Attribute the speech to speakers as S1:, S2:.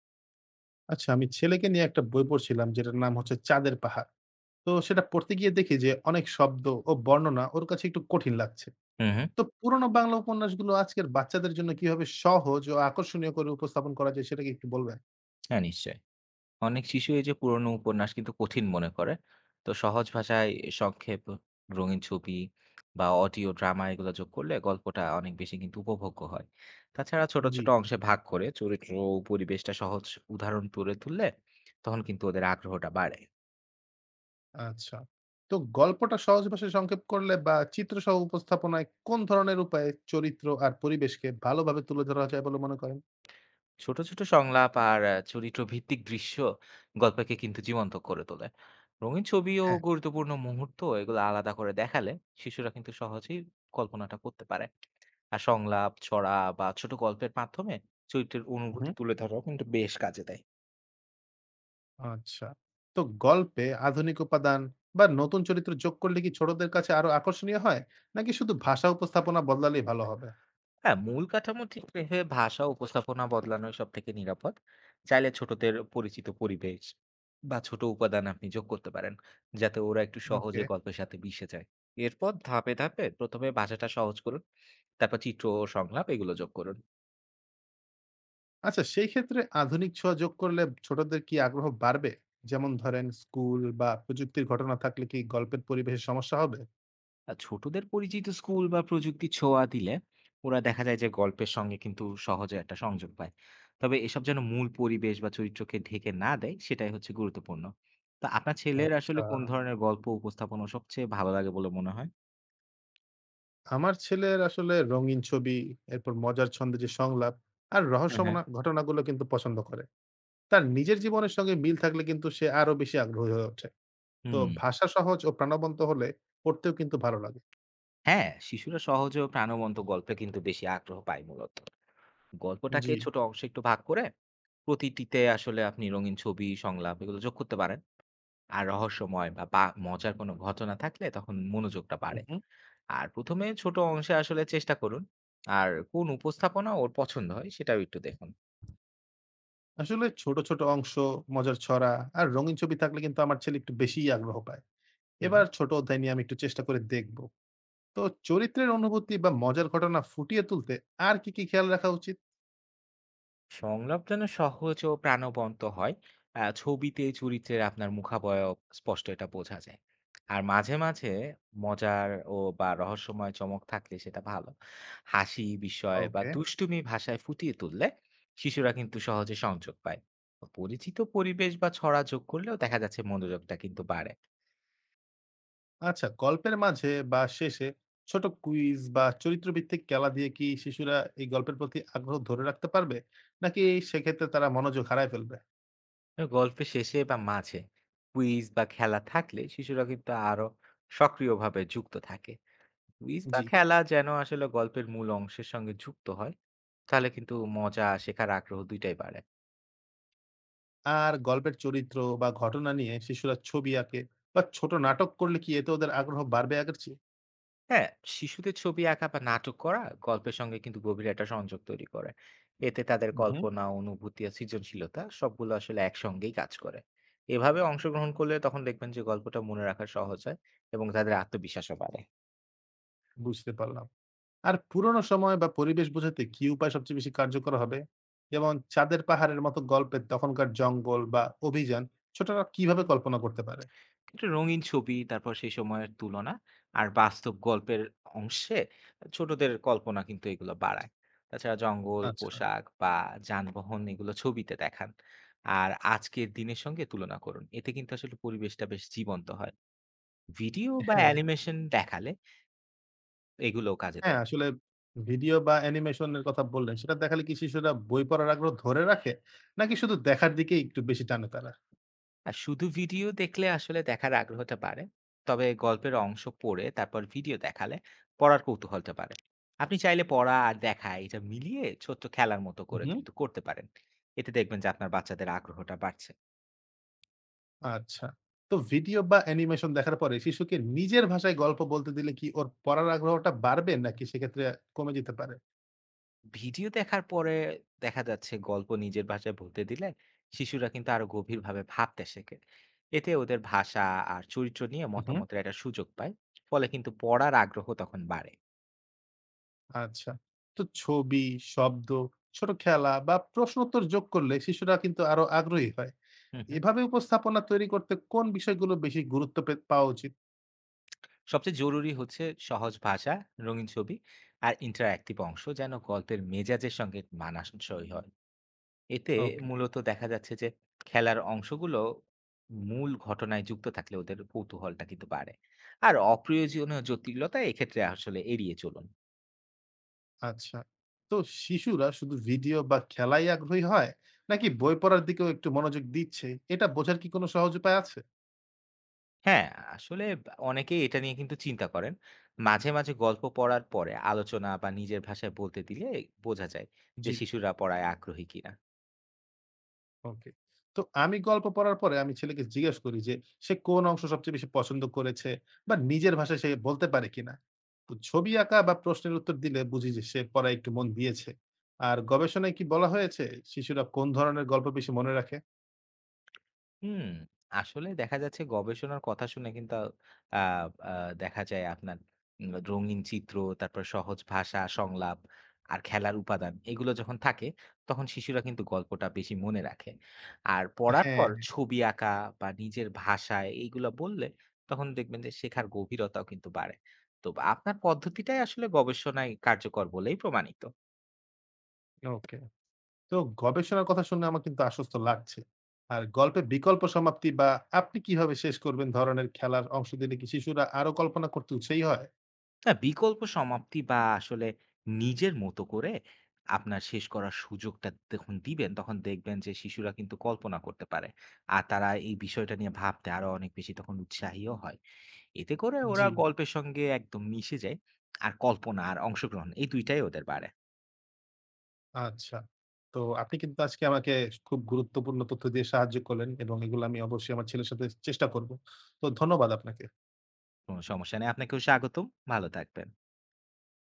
S1: আচ্ছা, আমি ছেলেকে নিয়ে একটা বই পড়ছিলাম যেটার নাম হচ্ছে 'চাঁদের পাহাড়।' তো সেটা পড়তে গিয়ে দেখি যে অনেক শব্দ ও বর্ণনা ওর কাছে একটু কঠিন লাগছে।
S2: হুম, হুম।
S1: তো পুরোনো বাংলা উপন্যাসগুলো আজকের বাচ্চাদের জন্য কিভাবে সহজ ও আকর্ষণীয় করে উপস্থাপন করা যায় সেটা কি একটু বলবেন?
S2: হ্যাঁ, নিশ্চয়ই। অনেক শিশু এই যে পুরনো উপন্যাস কিন্তু কঠিন মনে করে। তো সহজ ভাষায় সংক্ষেপ, রঙিন ছবি বা অডিও ড্রামা এগুলো যোগ করলে গল্পটা অনেক বেশি কিন্তু উপভোগ্য হয়। তাছাড়া ছোট,
S1: জি,
S2: ছোট অংশে ভাগ করে চরিত্র ও পরিবেশটা সহজ উদাহরণ তুলে তুললে তখন কিন্তু ওদের আগ্রহটা বাড়ে।
S1: আচ্ছা। তো গল্পটা সহজ ভাষায় সংক্ষেপ করলে বা চিত্রসহ উপস্থাপনায় কোন ধরনের উপায়ে চরিত্র আর পরিবেশকে ভালোভাবে তুলে ধরা যায় বলে মনে করেন?
S2: ছোট, ছোট সংলাপ আর চরিত্রভিত্তিক দৃশ্য গল্পকে কিন্তু জীবন্ত করে তোলে। রঙিন ছবি ও
S1: হ্যাঁ।
S2: গুরুত্বপূর্ণ মুহূর্ত এগুলো আলাদা করে দেখালে শিশুরা কিন্তু সহজেই কল্পনাটা করতে পারে। আর সংলাপ, ছড়া বা ছোট গল্পের মাধ্যমে চরিত্রের
S1: উহু।
S2: অনুভূতি তুলে ধরাও কিন্তু বেশ কাজে দেয়।
S1: আচ্ছা। তো গল্পে আধুনিক উপাদান বা নতুন চরিত্র যোগ করলে কি ছোটদের কাছে আরো আকর্ষণীয় হয়? নাকি শুধু ভাষা উপস্থাপনা বদলালেই ভালো হবে?
S2: হ্যাঁ, মূল কাঠামো ঠিক রেখে ভাষা ও উপস্থাপনা বদলানোই সবথেকে নিরাপদ। চাইলে ছোটদের পরিচিত পরিবেশ বা ছোট উপাদান আপনি যোগ করতে পারেন, যাতে ওরা একটু
S1: ওকে।
S2: সহজে গল্পের সাথে মিশে যায়। এরপর ধাপে, ধাপে ১ম এ ভাষাটা সহজ করুন। তারপর চিত্র ও সংলাপ এগুলো যোগ করুন।
S1: আচ্ছা সেই ক্ষেত্রে আধুনিক ছোঁয়া যোগ করলে ছোটদের কি আগ্রহ বাড়বে? যেমন ধরেন স্কুল বা প্রযুক্তির ঘটনা থাকলে কি গল্পের পরিবেশে সমস্যা হবে?
S2: আর ছোটদের পরিচিত স্কুল বা প্রযুক্তির ছোঁয়া দিলে ওরা দেখা যায় যে গল্পের সঙ্গে কিন্তু সহজে একটা সংযোগ পায়। তবে এসব যেন মূল পরিবেশ বা চরিত্রকে ঢেকে না দেয়, সেটাই হচ্ছে গুরুত্বপূর্ণ। তো আপনার ছেলের
S1: আচ্ছা।
S2: আসলে কোন ধরনের গল্প উপস্থাপনা সবচেয়ে ভালো লাগে বলে মনে হয়?
S1: আমার ছেলের আসলে রঙিন ছবি, এরপর মজার ছন্দে যে সংলাপ আর
S2: হ্যাঁ, হ্যাঁ।
S1: রহস্যমনা ঘটনাগুলো কিন্তু পছন্দ করে। তার নিজের জীবনের সঙ্গে মিল থাকলে কিন্তু সে আরো বেশি আগ্রহী হয়ে ওঠে। তো
S2: হুম।
S1: ভাষা সহজ ও প্রাণবন্ত হলে পড়তেও কিন্তু ভালো লাগে।
S2: হ্যাঁ, শিশুরা সহজে ও প্রাণবন্ত গল্পে কিন্তু বেশি আগ্রহ পায়। মূলত গল্পটাকে
S1: জি।
S2: ছোট অংশে একটু ভাগ করে প্রতিটিতে আসলে আপনি রঙিন ছবি, সংলাপ এগুলো যোগ করতে পারেন। আর রহস্যময় বা বা- মজার কোনো ঘটনা থাকলে তখন মনোযোগটা
S1: হুম,
S2: বাড়ে।
S1: হুম।
S2: আর ১ম এ ছোট অংশে আসলে চেষ্টা করুন। আর কোন উপস্থাপনা ওর পছন্দ হয় সেটাও একটু দেখুন।
S1: আসলে ছোট, ছোট অংশ, মজার ছড়া আর রঙিন ছবি থাকলে কিন্তু আমার ছেলে একটু বেশিই আগ্রহ পায়।
S2: হুম,
S1: এবার
S2: হুম।
S1: ছোট অধ্যায় নিয়ে আমি একটু চেষ্টা করে দেখব। তো চরিত্রের অনুভূতি বা মজার ঘটনা ফুটিয়ে তুলতে আর কি, কি খেয়াল রাখা উচিত?
S2: সংলাপ যেন সহজ ও প্রাণবন্ত হয়। ছবিতে চরিত্রের আপনার মুখাবয়ব স্পষ্ট এটা বোঝা যায়। আর মাঝে, মাঝে মজার ও বা রহস্যময় চমক থাকলে সেটা ভালো। হাসি, বিস্ময় বা
S1: ওকে।
S2: দুষ্টুমি ভাষায় ফুটিয়ে তুললে শিশুরা কিন্তু সহজে সংযোগ পায়। পরিচিত পরিবেশ বা ছড়া যোগ করলেও দেখা যাচ্ছে মনোযোগটা কিন্তু বাড়ে।
S1: আচ্ছা, গল্পের মাঝে বা শেষে ছোট কুইজ বা চরিত্রভিত্তিক খেলা দিয়ে কি শিশুরা এই গল্পের প্রতি আগ্রহ ধরে রাখতে পারবে? নাকি সেক্ষেত্রে তারা মনোযোগ হারায় ফেলবে?
S2: গল্পের শেষে বা মাঝে কুইজ বা খেলা থাকলে শিশুরা কিন্তু আরো সক্রিয়ভাবে যুক্ত থাকে। কুইজ বা
S1: জি।
S2: খেলা যেন আসলে গল্পের মূল অংশের সঙ্গে যুক্ত হয়, তাহলে কিন্তু মজা, শেখার আগ্রহ দুইটাই বাড়ে।
S1: আর গল্পের চরিত্র বা ঘটনা নিয়ে শিশুরা ছবি আঁকে বা ছোট নাটক করলে কি এতে ওদের আগ্রহ বাড়বে আগের চেয়ে?
S2: হ্যাঁ, শিশুদের ছবি আঁকা বা নাটক করা গল্পের সঙ্গে কিন্তু গভীর একটা সংযোগ তৈরি করে। এতে তাদের
S1: হুম।
S2: কল্পনা, অনুভূতি আর সৃজনশীলতা সবগুলো আসলে একসঙ্গেই কাজ করে। এভাবে অংশগ্রহণ করলে তখন দেখবেন যে গল্পটা মনে রাখা সহজ হয়, এবং তাদের আত্মবিশ্বাসও বাড়ে।
S1: বুঝতে পারলাম। আর পুরোনো সময় বা পরিবেশ বোঝাতে কি উপায় সবচেয়ে বেশি কার্যকর হবে, যেমন চাঁদের পাহাড়ের মতো গল্পের তখনকার জঙ্গল বা অভিযান ছোটরা কিভাবে কল্পনা করতে পারে?
S2: একটু রঙিন ছবি, তারপর সেই সময়ের তুলনা আর বাস্তব গল্পের অংশে ছোটদের কল্পনা কিন্তু এগুলো বাড়ায়। তাছাড়া জঙ্গল,
S1: আচ্ছা।
S2: পোশাক বা যানবাহন এগুলো ছবিতে দেখান। আর আজকের দিনের সঙ্গে তুলনা করুন। এতে কিন্তু আসলে পরিবেশটা বেশ জীবন্ত হয়। ভিডিও বা
S1: হ্যাঁ।
S2: অ্যানিমেশন দেখালে এগুলোও কাজে
S1: হ্যাঁ,
S2: দেয়।
S1: আসলে ভিডিও বা অ্যানিমেশনের কথা বললেন, সেটা দেখালে কি শিশুরা বই পড়ার আগ্রহ ধরে রাখে, নাকি শুধু দেখার দিকেই একটু বেশি টানে তারা?
S2: আর শুধু ভিডিও দেখলে আসলে দেখার আগ্রহটা বাড়ে। তবে গল্পের অংশ পড়ে তারপর ভিডিও দেখালে পড়ার কৌতূহলটা বাড়ে। আপনি চাইলে পড়া আর দেখা এটা মিলিয়ে ছোট্ট খেলার মতো করে
S1: হুম।
S2: কিন্তু করতে পারেন। এতে দেখবেন যে আপনার বাচ্চাদের আগ্রহটা বাড়ছে।
S1: আচ্ছা। তো ভিডিও বা অ্যানিমেশন দেখার পরে শিশুকে নিজের ভাষায় গল্প বলতে দিলে কি ওর পড়ার আগ্রহটা বাড়বে, নাকি সেক্ষেত্রে কমে যেতে পারে?
S2: ভিডিও দেখার পরে দেখা যাচ্ছে গল্প নিজের ভাষায় বলতে দিলে শিশুরা কিন্তু আরো গভীরভাবে ভাবতে শেখে। এতে ওদের ভাষা আর চরিত্র নিয়ে
S1: হুম, হুম।
S2: মতামতের একটা সুযোগ পায়। ফলে কিন্তু পড়ার আগ্রহ তখন বাড়ে।
S1: আচ্ছা। তো ছবি, শব্দ, ছোট খেলা বা প্রশ্নোত্তর যোগ করলে শিশুরা কিন্তু আরো আগ্রহী হয়।
S2: হুম, হুম।
S1: এভাবে উপস্থাপনা তৈরি করতে কোন বিষয়গুলো বেশি গুরুত্ব পাওয়া উচিত?
S2: সবচেয়ে জরুরি হচ্ছে সহজ ভাষা, রঙিন ছবি আর ইন্টারঅ্যাক্টিভ অংশ যেন গল্পের মেজাজের সঙ্গে মানানসই হয়। এতে
S1: ওকে।
S2: মূলত দেখা যাচ্ছে যে খেলার অংশগুলো মূল ঘটনায় যুক্ত থাকলে ওদের কৌতূহলটা কিন্তু বাড়ে। আর অপ্রয়োজনীয় জটিলতা এক্ষেত্রে আসলে এড়িয়ে চলুন।
S1: আচ্ছা। তো শিশুরা শুধু ভিডিও বা খেলায় আগ্রহী হয়, নাকি বই পড়ার দিকেও একটু মনোযোগ দিচ্ছে? এটা বোঝার কি কোনো সহজ উপায় আছে?
S2: হ্যাঁ, আসলে অনেকেই এটা নিয়ে কিন্তু চিন্তা করেন। মাঝে মাঝে গল্প পড়ার পরে আলোচনা বা নিজের ভাষায় বলতে দিলে বোঝা যায়
S1: জি।
S2: যে শিশুরা পড়ায় আগ্রহী কিনা।
S1: ওকে। তো আমি গল্প পড়ার পরে আমি ছেলেকে জিজ্ঞেস করি যে সে কোন অংশ সবচেয়ে বেশি পছন্দ করেছে বা নিজের ভাষায় সে বলতে পারে কিনা। তো ছবি আঁকা বা প্রশ্নের উত্তর দিলে বুঝি যে সে পড়ায় একটু মন দিয়েছে। আর গবেষণায় কি বলা হয়েছে শিশুরা কোন ধরনের গল্প বেশি মনে রাখে?
S2: হুম, আসলে দেখা যাচ্ছে গবেষণার কথা শুনে কিন্তু আ আ দেখা যায় আপনার রঙিন চিত্র, তারপর সহজ ভাষা, সংলাপ আর খেলার উপাদান এগুলো যখন থাকে, তখন শিশুরা কিন্তু গল্পটা বেশি মনে রাখে। আর পড়ার
S1: হ্যাঁ,
S2: পর ছবি আঁকা বা নিজের ভাষায় এইগুলা বললে তখন দেখবেন যে শেখার গভীরতাও কিন্তু বাড়ে। তো আপনার পদ্ধতিটাই আসলে গবেষণায় কার্যকর বলেই প্রমাণিত।
S1: ওকে। তো গবেষণার কথা শুনে আমার কিন্তু আশ্বস্ত লাগছে। আর গল্পে বিকল্প সমাপ্তি বা আপনি কিভাবে শেষ করবেন ধরনের খেলার অংশ দিলে কি শিশুরা আরো কল্পনা করতে উৎসাহী হয়?
S2: না, বিকল্প সমাপ্তি বা আসলে নিজের মতো করে আপনার শেষ করার সুযোগটা যখন দিবেন, তখন দেখবেন যে শিশুরা কিন্তু কল্পনা করতে পারে। আর তারা এই বিষয়টা নিয়ে ভাবতে আরো অনেক বেশি তখন উৎসাহীও হয়। এতে করে
S1: জি।
S2: ওরা গল্পের সঙ্গে একদম মিশে যায়। আর কল্পনা আর অংশগ্রহণ এই ২ টাই ওদের বাড়ে।
S1: আচ্ছা। তো আপনি কিন্তু আজকে আমাকে খুব গুরুত্বপূর্ণ তথ্য দিয়ে সাহায্য করলেন এবং এগুলো আমি অবশ্যই আমার ছেলের সাথে চেষ্টা করব। তো ধন্যবাদ আপনাকে।
S2: কোনো সমস্যা নেই। আপনাকেও স্বাগতম। ভালো থাকবেন।